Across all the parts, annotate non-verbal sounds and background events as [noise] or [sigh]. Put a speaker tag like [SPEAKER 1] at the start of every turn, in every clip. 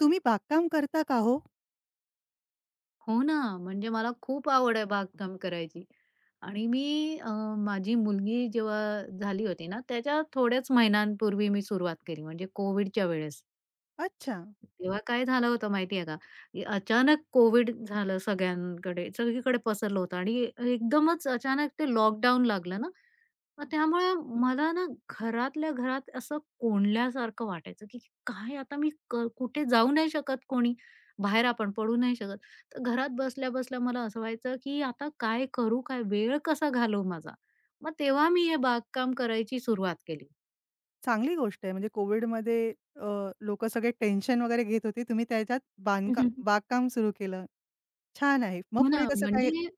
[SPEAKER 1] तुम्ही बागकाम करता का हो?
[SPEAKER 2] हो ना, म्हणजे मला खूप आवड आहे बागकाम करायची. आणि मी अ, माझी मुलगी जेव्हा झाली होती ना, त्याच्या थोड्याच महिन्यांपूर्वी मी सुरुवात केली म्हणजे कोविडच्या वेळेस.
[SPEAKER 1] अच्छा.
[SPEAKER 2] तेव्हा काय झालं होतं माहिती का? की अचानक कोविड झालं सगळ्यांकडे, सगळीकडे पसरलं होतं आणि एकदमच अचानक ते लॉकडाऊन लागलं ना, मग त्यामुळे मला ना घरातल्या घरात असं कोंडल्यासारखं वाटायचं, की काय आता मी कुठे जाऊ नाही शकत कोणी, बाहेर आपण पडू नाही शकत. तर घरात बसल्या-बसल्या मला असं व्हायचं, की आता काय करू, काय वेळ कसा घालवू माझा? मग तेव्हा मी हे बागकाम करायची सुरुवात केली.
[SPEAKER 1] चांगली गोष्ट आहे. म्हणजे कोव्हिडमध्ये अ, लोकं सगळे टेन्शन वगैरे घेत होते. तुम्ही त्याच्यात बांधका
[SPEAKER 2] [laughs]
[SPEAKER 1] बागकाम सुरू केलं. छान आहे. मग
[SPEAKER 2] हो ना,
[SPEAKER 1] पुढे कसं काय
[SPEAKER 2] म्हणजे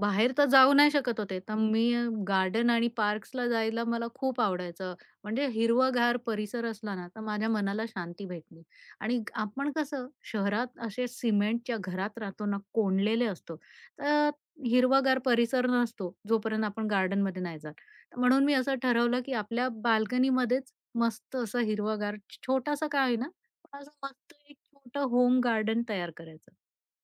[SPEAKER 2] बाहेर तर जाऊ नाही शकत होते. तर मी गार्डन आणि पार्क्सला जायला मला खूप आवडायचं. म्हणजे हिरवागार परिसर असला ना, तर माझ्या मनाला शांती भेटली. आणि आपण कसं शहरात असे सिमेंटच्या घरात राहतो ना, कोंडलेले असतो. तर हिरवागार परिसर नसतो, जोपर्यंत आपण गार्डनमध्ये नाही जात. तर म्हणून मी असं ठरवलं, की आपल्या बाल्कनीमध्येच मस्त असं हिरवागार, छोटासा का होईना, पण असं मस्त एक छोटं होम गार्डन तयार करायचं.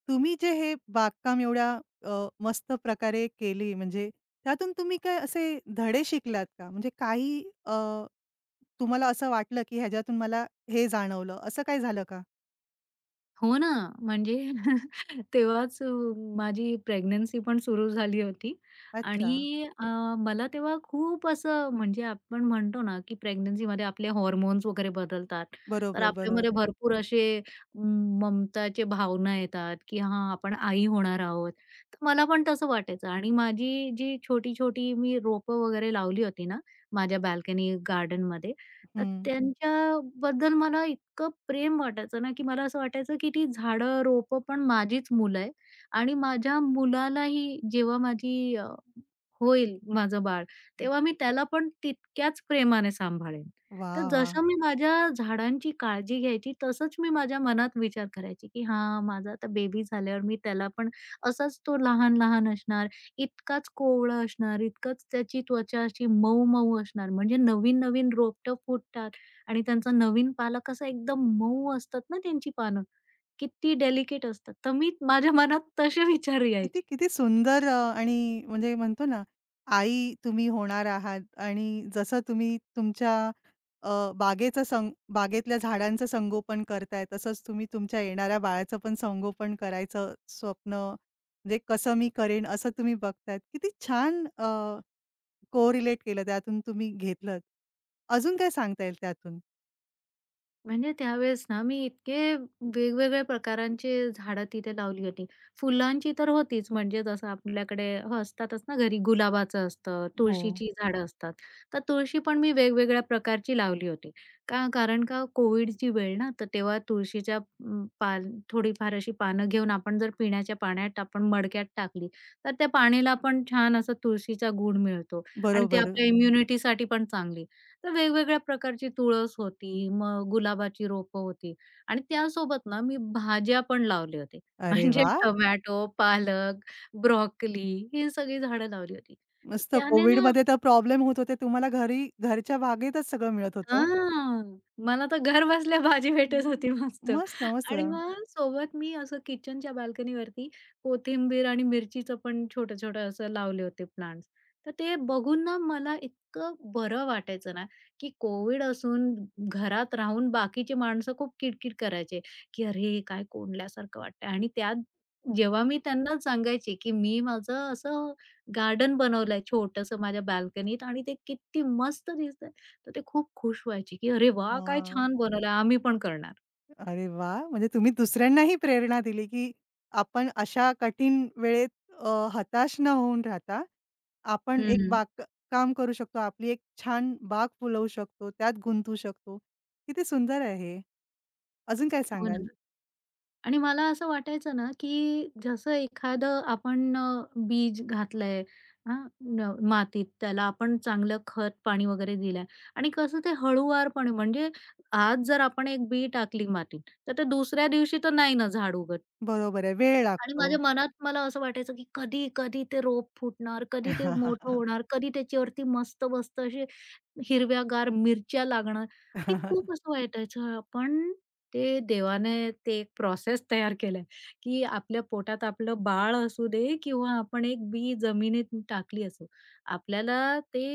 [SPEAKER 1] तुम्ही जे हे बागकाम एवढ्या अ, मस्त प्रकारे केली, म्हणजे त्यातून तुम्ही काय असे धडे शिकलात का? म्हणजे काही तुम्हाला असं वाटलं, की ह्याच्यातून मला हे जाणवलं, असं काही झालं का?
[SPEAKER 2] हो ना, म्हणजे [laughs] तेव्हाच माझी प्रेग्नन्सी पण सुरू झाली होती.
[SPEAKER 1] अच्छा.
[SPEAKER 2] आणि मला तेव्हा खूप असं म्हणजे आपण म्हणतो ना, की प्रेग्नन्सीमध्ये आपले हार्मोन्स वगैरे बदलतात. तर
[SPEAKER 1] बरोबर, बरोबर.
[SPEAKER 2] आपल्यामध्ये भरपूर असे म, ममताचे भावना येतात, की हां, आपण आई होणार आहोत. तर मला पण तसं वाटायचं आणि माझी जी छोटी-छोटी मी रोपं वगैरे लावली होती ना, माझ्या बाल्कनी गार्डनमध्ये, तर
[SPEAKER 1] हं.
[SPEAKER 2] त्यांच्याबद्दल मला इतकं प्रेम वाटायचं ना, की मला असं वाटायचं, की ती झाडं, रोपं पण माझीच मुलं आहे आणि माझ्या मुलालाही जेव्हा माझी होईल माझं बाळ, तेव्हा मी त्याला पण तितक्याच प्रेमाने सांभाळेन. तर
[SPEAKER 1] वाह! वाह!
[SPEAKER 2] जसं मी माझ्या झाडांची काळजी घ्यायची, तसंच मी माझ्या मनात विचार करायची, की हां, माझा आता बेबी झाल्यावर मी त्याला पण असाच तो लहान-लहान असणार, इतकाच कोवळा असणार, इतकंच त्याची त्वचा अशी मऊ-मऊ असणार. म्हणजे नवीन-नवीन रोपटं फुटतात आणि त्यांचा नवीन पाला कसा एकदम मऊ असतात ना त्यांची पानं, किती डेलिकेट असतात. तर मी माझ्या मनात तसे विचार
[SPEAKER 1] किती,
[SPEAKER 2] यायचे.
[SPEAKER 1] किती सुंदर आणि म्हणजे म्हणतो ना, आई तुम्ही होणार आहात आणि जसं तुम्ही तुमच्या अ, बागेचं सं बागेतल्या झाडांचं संगोपन करताय, तसंच तुम्ही तुमच्या येणाऱ्या बाळाचं पण संगोपन करायचं स्वप्न म्हणजे कसं मी करेन असं तुम्ही बघतायत. किती छान कोरिलेट केलं त्यातून तुम्ही घेतलंत. अजून काय सांगता येईल त्यातून?
[SPEAKER 2] म्हणजे त्यावेळेस ना मी इतके वेगवेगळ्या प्रकारांचे झाडं तिथे लावली होती. फुलांची तर होतीच, म्हणजे जसं आपल्याकडे असतातच ना घरी, गुलाबाचं असतं,
[SPEAKER 1] हो,
[SPEAKER 2] तुळशीची झाडं असतात. तर तुळशी पण मी वेगवेगळ्या प्रकारची लावली होती. का कारण का कोविडची वेळ ना, तर तेव्हा तुळशीच्या अं, पाल थोडीफार अशी पानं घेऊन आपण जर पिण्याच्या पाण्यात आपण मडक्यात टाकली, तर त्या पाण्याला पण छान असा तुळशीचा गूळ मिळतो आणि ते
[SPEAKER 1] बरोबर.
[SPEAKER 2] आपल्या इम्युनिटीसाठी पण चांगली. तर वेगवेगळ्या प्रकारची तुळस होती, मग गुलाबाची रोपं होती आणि त्यासोबत ना मी भाज्या पण लावले होते.
[SPEAKER 1] अरे
[SPEAKER 2] [laughs] म्हणजे
[SPEAKER 1] वाह!
[SPEAKER 2] टोमॅटो, पालक, ब्रोकोली हे सगळी झाडं लावली होती. तर
[SPEAKER 1] मस्त.
[SPEAKER 2] त्याने ना
[SPEAKER 1] कोविडमध्ये तर प्रॉब्लेम होत होते. तुम्हाला घरी घरच्या बागेतच सगळं मिळत होतं.
[SPEAKER 2] हां. मला तर घर बसल्या भाजी भेटत
[SPEAKER 1] हं.
[SPEAKER 2] होती मस्त.
[SPEAKER 1] मस्त, मस्त.
[SPEAKER 2] आणि मग सोबत मी असं किचनच्या बाल्कनीवरती कोथिंबीर आणि मिरचीचं पण छोटं-छोटं असं लावले होते प्लांट्स. तर ते बघून ना मला इतकं बरं वाटायचं ना, की कोविड असून घरात राहून बाकीची माणसं खूप किटकिट करायचे, की "अरे, काय कोंडल्यासारखं वाटतंय", आणि त्यात जेव्हा मी त्यांना सांगायचे, की मी माझं असं गार्डन बनवलंय छोटंसं माझ्या बाल्कनीत आणि ते किती मस्त दिसतं, तर ते खूप खुश व्हायची, की "अरे वा, काय
[SPEAKER 1] हां.
[SPEAKER 2] छान बनवलं, आम्ही पण करणार."
[SPEAKER 1] अरे वाह! म्हणजे तुम्ही दुसऱ्यांनाही प्रेरणा दिली, की आपण अशा कठीण वेळेत हताश न होऊन राहता, आपण एक
[SPEAKER 2] हं.
[SPEAKER 1] बाग काम करू शकतो. आपली एक छान बाग फुलवू शकतो, त्यात गुंतू शकतो. किती सुंदर आहे हे. अजून काय
[SPEAKER 2] हो ना.
[SPEAKER 1] सांगाल?
[SPEAKER 2] आणि मला असं वाटायचं ना, की जसं एखादं आपण बीज घातलंय, हां, न मातीत, त्याला आपण चांगलं खत-पाणी वगैरे दिलंय आणि कसं ते हळूवारपणे, म्हणजे आज जर आपण एक बी टाकली मातीत, तर ते दुसऱ्या दिवशी तर नाही ना झाड उगत.
[SPEAKER 1] बरोबर आहे, वेळ
[SPEAKER 2] आणि
[SPEAKER 1] लागतो.
[SPEAKER 2] माझ्या मनात मला असं वाटायचं, की कधी, कधी ते रोप फुटणार, कधी ते मोठं
[SPEAKER 1] [laughs]
[SPEAKER 2] होणार, कधी त्याच्यावरती मस्त-मस्त अशी हिरव्यागार मिरच्या लागणार, आणि खूप असं वाटायचं. पण ते देवाने ते एक प्रोसेस तयार केलाय, की आपल्या पोटात आपलं बाळ असू दे किंवा आपण एक बी जमिनीत टाकली असो, आपल्याला ते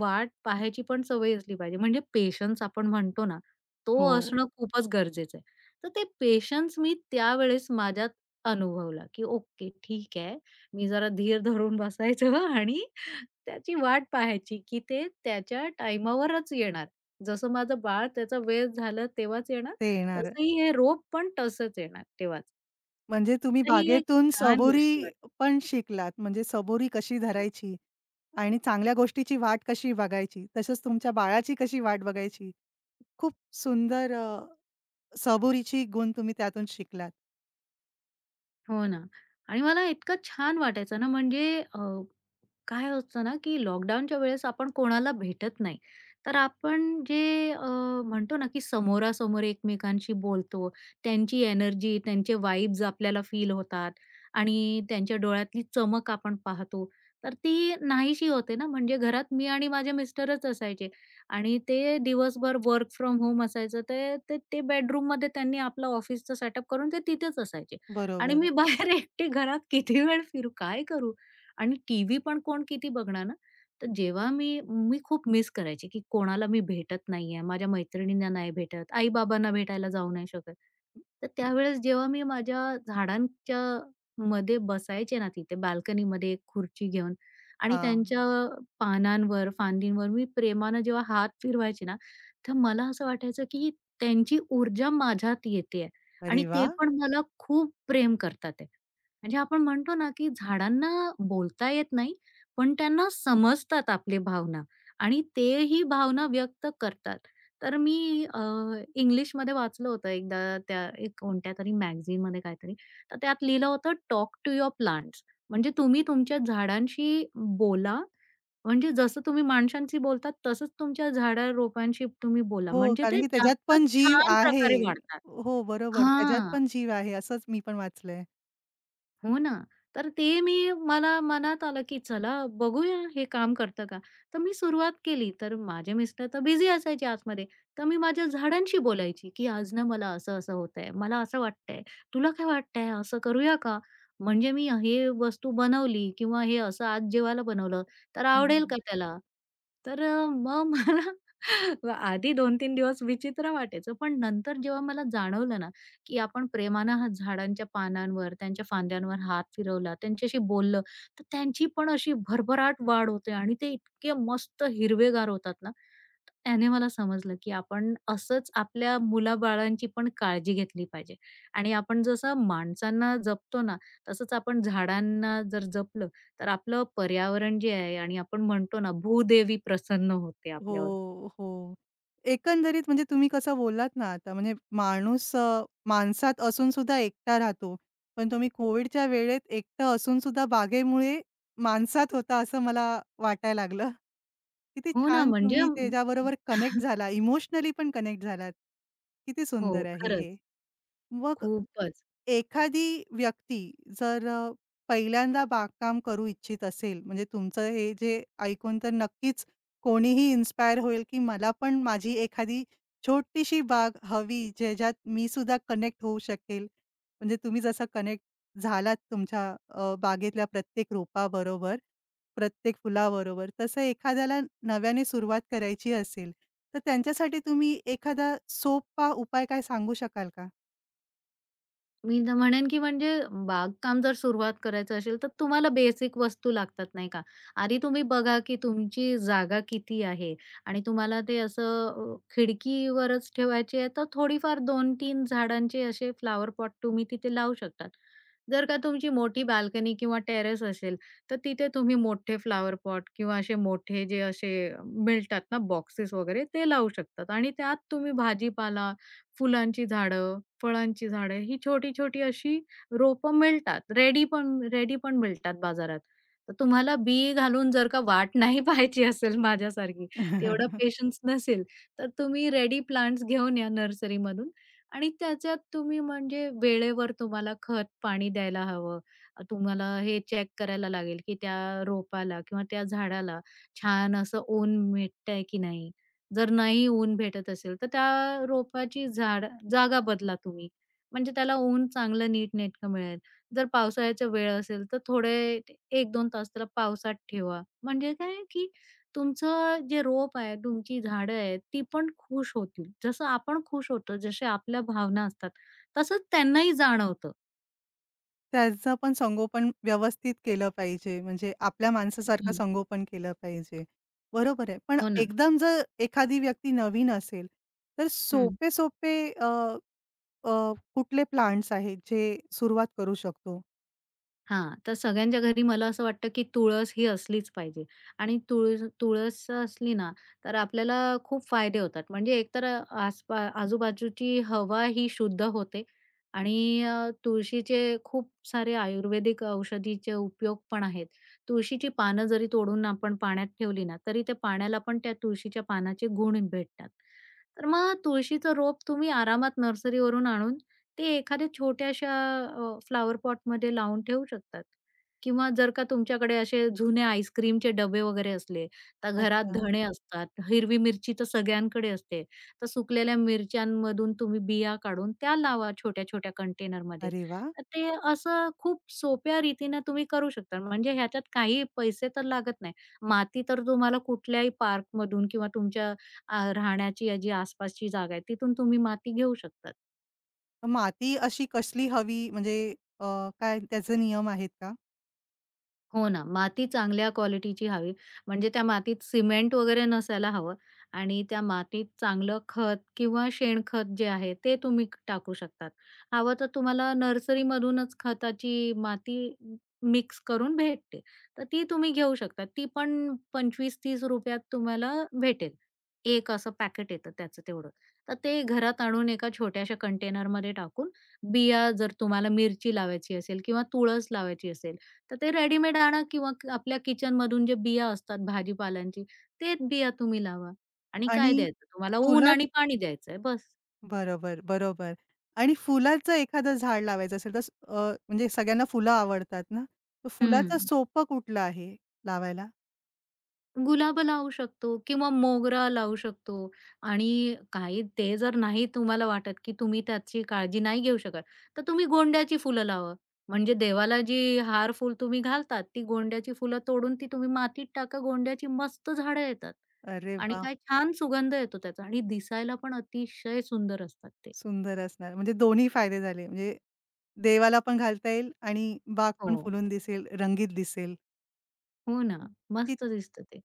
[SPEAKER 2] वाट पाहायची पण सवय असली पाहिजे. म्हणजे पेशन्स आपण म्हणतो ना, तो
[SPEAKER 1] हो,
[SPEAKER 2] असणं खूपच गरजेचं आहे. तर ते पेशन्स मी त्यावेळेस माझ्यात अनुभवला, की ओके, ठीक आहे. मी जरा धीर धरून बसायचं, [laughs] आणि त्याची वाट पाहायची, की ते त्याच्या टाईमावरच येणार. जसं माझं बाळ त्याचा वेळ झालं तेव्हाच येणार,
[SPEAKER 1] ते येणार.
[SPEAKER 2] तसंही हे रोप पण तसंच येणार तेव्हाच.
[SPEAKER 1] म्हणजे तुम्ही
[SPEAKER 2] तर ही एक
[SPEAKER 1] बागेतून
[SPEAKER 2] छान गोष्ट
[SPEAKER 1] सबुरी
[SPEAKER 2] वाटते.
[SPEAKER 1] पण शिकलात. म्हणजे सबुरी कशी
[SPEAKER 2] हं.
[SPEAKER 1] धरायची आणि चांगल्या गोष्टीची वाट कशी बघायची, तसंच तुमच्या बाळाची कशी वाट बघायची. खूप सुंदर सबुरीची गुण तुम्ही त्यातून शिकलात.
[SPEAKER 2] हो ना. आणि मला इतकं छान वाटायचं ना, म्हणजे काय होतं ना, की लॉकडाऊनच्या वेळेस आपण कोणाला भेटत नाही. तर आपण जे म्हणतो ना, की समोरासमोर एकमेकांशी बोलतो, त्यांची एनर्जी, त्यांचे वाइब्स आपल्याला फील होतात आणि त्यांच्या डोळ्यातली चमक आपण पाहतो. तर ती नाहीशी होते ना, म्हणजे घरात मी आणि माझे मिस्टरच असायचे आणि ते दिवसभर वर्क फ्रॉम होम असायचं. ते ते ते बेडरूममध्ये त्यांनी आपलं ऑफिसचं सेटअप करून ते तिथेच असायचे आणि
[SPEAKER 1] बरोबर.
[SPEAKER 2] मी बाहेर [laughs] एकटी घरात किती वेळ फिरू, काय करू? आणि टीव्ही पण कोण किती बघणार ना. तर जेव्हा मी मी खूप मिस करायची, की कोणाला मी भेटत नाहीये, माझ्या मैत्रिणींना नाही भेटत, आई-बाबांना भेटायला जाऊ नाही शकत. तर त्यावेळेस जेव्हा मी माझ्या झाडांच्या मध्ये बसायचे ना तिथे बाल्कनीमध्ये एक खुर्ची घेऊन, आणि
[SPEAKER 1] हां.
[SPEAKER 2] त्यांच्या पानांवर, फांदींवर मी प्रेमानं जेव्हा हात फिरवायचे ना, तर मला असं वाटायचं, की त्यांची ऊर्जा माझ्यात येतेय
[SPEAKER 1] अरे
[SPEAKER 2] आणि ते
[SPEAKER 1] वाह!
[SPEAKER 2] पण मला खूप प्रेम करतात आहे. म्हणजे आपण म्हणतो ना, की झाडांना बोलता येत नाही, पण त्यांना समजतात आपली भावना आणि तेही भावना व्यक्त करतात. तर मी इंग्लिशमध्ये वाचलं होतं एकदा त्या एक कोणत्यातरी मॅगझीनमध्ये काहीतरी, तर त्यात लिहिलं होतं, "टॉक टू युअर प्लांट्स", म्हणजे तुम्ही तुमच्या झाडांशी बोला. म्हणजे जसं तुम्ही माणसांशी बोलतात तसंच तुमच्या झाडा-रोपांशी तुम्ही बोला.
[SPEAKER 1] हो,
[SPEAKER 2] म्हणजे
[SPEAKER 1] कारण
[SPEAKER 2] ते
[SPEAKER 1] की त्याच्यात
[SPEAKER 2] जास्त
[SPEAKER 1] पण जीव
[SPEAKER 2] छान
[SPEAKER 1] आहे.
[SPEAKER 2] प्रकारे वाढतात.
[SPEAKER 1] हो, बरोबर. त्याच्यात
[SPEAKER 2] हां.
[SPEAKER 1] पण जीव आहे असंच मी पण वाचलंय.
[SPEAKER 2] हो ना. तर ते मी, मला मनात आलं, की चला, बघूया हे काम करतं का? तर मी सुरुवात केली. तर माझे मिस्टर तर बिझी असायचे आतमध्ये. तर मी माझ्या झाडांशी बोलायची, की आज ना मला असं-असं होतंय. मला असं वाटतंय. तुला काय वाटतंय? असं करूया का? म्हणजे मी हे वस्तू बनवली किंवा हे असं आज जेवायला बनवलं, तर आवडेल का त्याला? तर मग मला [laughs] आधी 2-3 दिवस विचित्र वाटायचं. पण नंतर जेव्हा मला जाणवलं ना, की आपण प्रेमानं हा झाडांच्या पानांवर, त्यांच्या फांद्यांवर हात फिरवला, त्यांच्याशी बोललं, तर त्यांची पण अशी भरभराट वाढ होते आणि ते इतके मस्त हिरवेगार होतात ना, तर त्याने मला समजलं, की आपण असंच आपल्या मुलाबाळांची पण काळजी घेतली पाहिजे. आणि आपण जसं माणसांना जपतो ना, तसंच आपण झाडांना जर जपलं, तर आपलं पर्यावरण जे आहे, आणि आपण म्हणतो ना, भूदेवी प्रसन्न होते आपल्यावर.
[SPEAKER 1] हो, हो. एकंदरीत म्हणजे तुम्ही कसं बोललात ना आता, म्हणजे माणूस माणसात असून सुद्धा एकटा राहतो. पण तुम्ही कोविडच्या वेळेत एकटं असून सुद्धा बागेमुळे माणसात होता, असं मला वाटायला लागलं. किती
[SPEAKER 2] हो ना,
[SPEAKER 1] छान
[SPEAKER 2] म्हणजे
[SPEAKER 1] तुम्ही त्याच्याबरोबर कनेक्ट झाला, इमोशनली पण कनेक्ट झालात. किती
[SPEAKER 2] हो,
[SPEAKER 1] सुंदर आहे हे.
[SPEAKER 2] खरंच.
[SPEAKER 1] मग
[SPEAKER 2] खूपच.
[SPEAKER 1] एखादी व्यक्ती जर पहिल्यांदा बागकाम करू इच्छित असेल, म्हणजे तुमचं हे जे ऐकून तर नक्कीच कोणीही इन्स्पायर होईल, की मला पण माझी एखादी छोटीशी बाग हवी, ज्याच्यात मी सुद्धा कनेक्ट होऊ शकेल. म्हणजे तुम्ही जसं कनेक्ट झालात तुमच्या बागेतल्या प्रत्येक रोपाबरोबर, प्रत्येक फुलाबरोबर, तसं एखाद्याला नव्याने सुरुवात करायची असेल, तर त्यांच्यासाठी तुम्ही एखादा सोपा उपाय काय सांगू शकाल का?
[SPEAKER 2] मी तर म्हणेन, की म्हणजे बागकाम जर सुरुवात करायचं असेल, तर तुम्हाला बेसिक वस्तू लागतात नाही का. आधी तुम्ही बघा, की तुमची जागा किती आहे आणि तुम्हाला ते असं खिडकीवरच ठेवायची आहे, तर थोडीफार 2-3 झाडांचे असे फ्लावर पॉट तुम्ही तिथे लावू शकतात. जर का तुमची मोठी बाल्कनी किंवा टेरेस असेल, तर तिथे तुम्ही मोठे फ्लॉवर पॉट किंवा असे मोठे जे असे मिळतात ना बॉक्सेस वगैरे, ते लावू शकतात आणि त्यात तुम्ही भाजीपाला, फुलांची झाडं, फळांची झाडं, ही छोटी-छोटी अशी रोपं मिळतात. रेडी पण मिळतात बाजारात. तर तुम्हाला बी घालून जर का वाट नाही [laughs] पाहायची असेल माझ्यासारखी, तेवढा
[SPEAKER 1] [laughs]
[SPEAKER 2] पेशन्स नसेल, तर तुम्ही रेडी प्लांट्स घेऊन या नर्सरीमधून, आणि त्याच्यात तुम्ही म्हणजे वेळेवर तुम्हाला खत, पाणी द्यायला हवं. तुम्हाला हे चेक करायला लागेल, की त्या रोपाला किंवा त्या झाडाला छान असं ऊन भेटतंय की नाही? जर नाही ऊन भेटत असेल, तर त्या रोपाची झाड जागा बदला तुम्ही. म्हणजे त्याला ऊन चांगलं नीटनेटकं मिळेल. जर पावसाळ्याचा वेळ असेल, तर थोडे 1-2 तास त्याला पावसात ठेवा. म्हणजे काय आहे, की तुमचं जे रोप आहे, तुमची झाडं आहेत, ती पण खुश होतील. जसं आपण खुश होतो, जसे आपल्या भावना असतात, तसंच त्यांनाही जाणवतं.
[SPEAKER 1] त्याचं पण संगोपन व्यवस्थित केलं पाहिजे, म्हणजे आपल्या माणसासारखं
[SPEAKER 2] हं.
[SPEAKER 1] संगोपन केलं पाहिजे. बरोबर आहे. पण
[SPEAKER 2] हो ना.
[SPEAKER 1] एकदम जर एखादी व्यक्ती नवीन असेल, तर सोपे-सोपे अ, अ, कुठले प्लांट्स आहेत जे सुरुवात करू शकतो?
[SPEAKER 2] हां, तर सगळ्यांच्या घरी मला असं वाटतं, की तुळस ही असलीच पाहिजे. आणि तुळस तुळस असली ना, तर आपल्याला खूप फायदे होतात. म्हणजे एकतर आजूबाजूची हवा ही शुद्ध होते आणि तुळशीचे खूप सारे आयुर्वेदिक औषधीचे उपयोग पण आहेत. तुळशीची पानं जरी तोडून आपण पाण्यात ठेवली ना, तरी ते पाण्याला पण त्या तुळशीच्या पानाचे गुण भेटतात. तर मग तुळशीचं रोप तुम्ही आरामात नर्सरीवरून आणून ते एखाद्या छोट्याशा फ्लॉवर पॉटमध्ये लावून ठेवू शकतात. किंवा जर का तुमच्याकडे असे जुने आईस्क्रीमचे डबे वगैरे असले, तर घरात
[SPEAKER 1] अच्छा.
[SPEAKER 2] धणे असतात, हिरवी मिरची तर सगळ्यांकडे असते. तर सुकलेल्या मिरच्यांमधून तुम्ही बिया काढून त्या लावा छोट्या-छोट्या कंटेनरमध्ये.
[SPEAKER 1] अरे वा,
[SPEAKER 2] तर ते असं खूप सोप्या रीतीनं तुम्ही करू शकता. म्हणजे ह्याच्यात काही पैसे तर लागत नाही. माती तर तुम्हाला कुठल्याही पार्कमधून किंवा तुमच्या राहण्याची जी आसपासची जागा आहे, तिथून तुम्ही माती घेऊ शकता.
[SPEAKER 1] माती अशी कसली हवी, म्हणजे अ, काय त्याचे नियम आहेत का?
[SPEAKER 2] हो ना, माती चांगल्या क्वालिटीची हवी. म्हणजे त्या मातीत सिमेंट वगैरे नसायला हवं आणि त्या मातीत चांगलं खत किंवा शेणखत जे आहे ते तुम्ही टाकू शकतात. हवं तर तुम्हाला नर्सरीमधूनच खताची माती मिक्स करून भेटते. तर ती तुम्ही घेऊ शकता. ती पण 25-30 रुपयात तुम्हाला भेटेल. एक असं पॅकेट येतं त्याचं तेवढं. तर ते घरात आणून एका छोट्याशा कंटेनरमध्ये टाकून बिया, जर तुम्हाला मिरची लावायची असेल किंवा तुळस लावायची असेल, तर ते रेडीमेड आणा, किंवा आपल्या किचनमधून जे बिया असतात भाजीपालांची, तेच बिया तुम्ही लावा आणि काय
[SPEAKER 1] आणि
[SPEAKER 2] द्यायचं, तुम्हाला ऊन
[SPEAKER 1] तुला
[SPEAKER 2] आणि पाणी द्यायचंय बस.
[SPEAKER 1] बरोबर, बरोबर. आणि फुलाचं एखादं झाड लावायचं असेल तर म्हणजे सगळ्यांना फुलं आवडतात ना, तर फुलाचं
[SPEAKER 2] हं.
[SPEAKER 1] सोपं कुठलं आहे लावायला?
[SPEAKER 2] गुलाब लावू शकतो किंवा मोगरा लावू शकतो आणि काही ते जर नाही तुम्हाला वाटत की तुम्ही त्याची काळजी नाही घेऊ शकत, तर तुम्ही गोंड्याची फुलं लावा. म्हणजे देवाला जी हार फूल तुम्ही घालतात, ती गोंड्याची फुलं तोडून ती तुम्ही मातीत टाका. गोंड्याची मस्त झाडं येतात
[SPEAKER 1] अरे
[SPEAKER 2] आणि
[SPEAKER 1] वा,
[SPEAKER 2] काय छान सुगंध येतो त्याचा, आणि दिसायला पण अतिशय सुंदर असतात ते.
[SPEAKER 1] सुंदर असणार. म्हणजे दोन्ही फायदे झाले. म्हणजे देवाला पण घालता येईल आणि बाग पण
[SPEAKER 2] हो.
[SPEAKER 1] फुलून दिसेल, रंगीत दिसेल.
[SPEAKER 2] हो ना, मस्त दिसतं ते.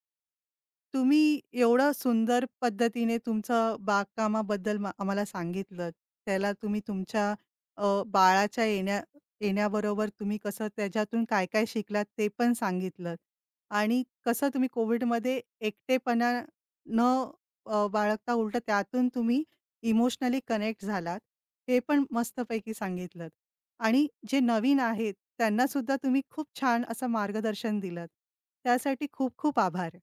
[SPEAKER 1] तुम्ही एवढं सुंदर पद्धतीने तुमचं बागकामाबद्दल मा आम्हाला सांगितलत. त्याला तुम्ही तुमच्या बाळाच्या येण्याबरोबर तुम्ही कसं त्याच्यातून काय-काय शिकलात ते पण सांगितलत आणि कसं तुम्ही कोव्हिडमध्ये एकटेपणा न बाळगता उलटं त्यातून तुम्ही इमोशनली कनेक्ट झालात, हे पण मस्तपैकी सांगितलत आणि जे नवीन आहेत त्यांनासुद्धा तुम्ही खूप छान असं मार्गदर्शन दिलत. त्यासाठी खूप-खूप आभार.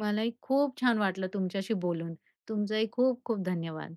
[SPEAKER 2] मलाही खूप छान वाटलं तुमच्याशी बोलून. तुमचंही खूप खूप धन्यवाद.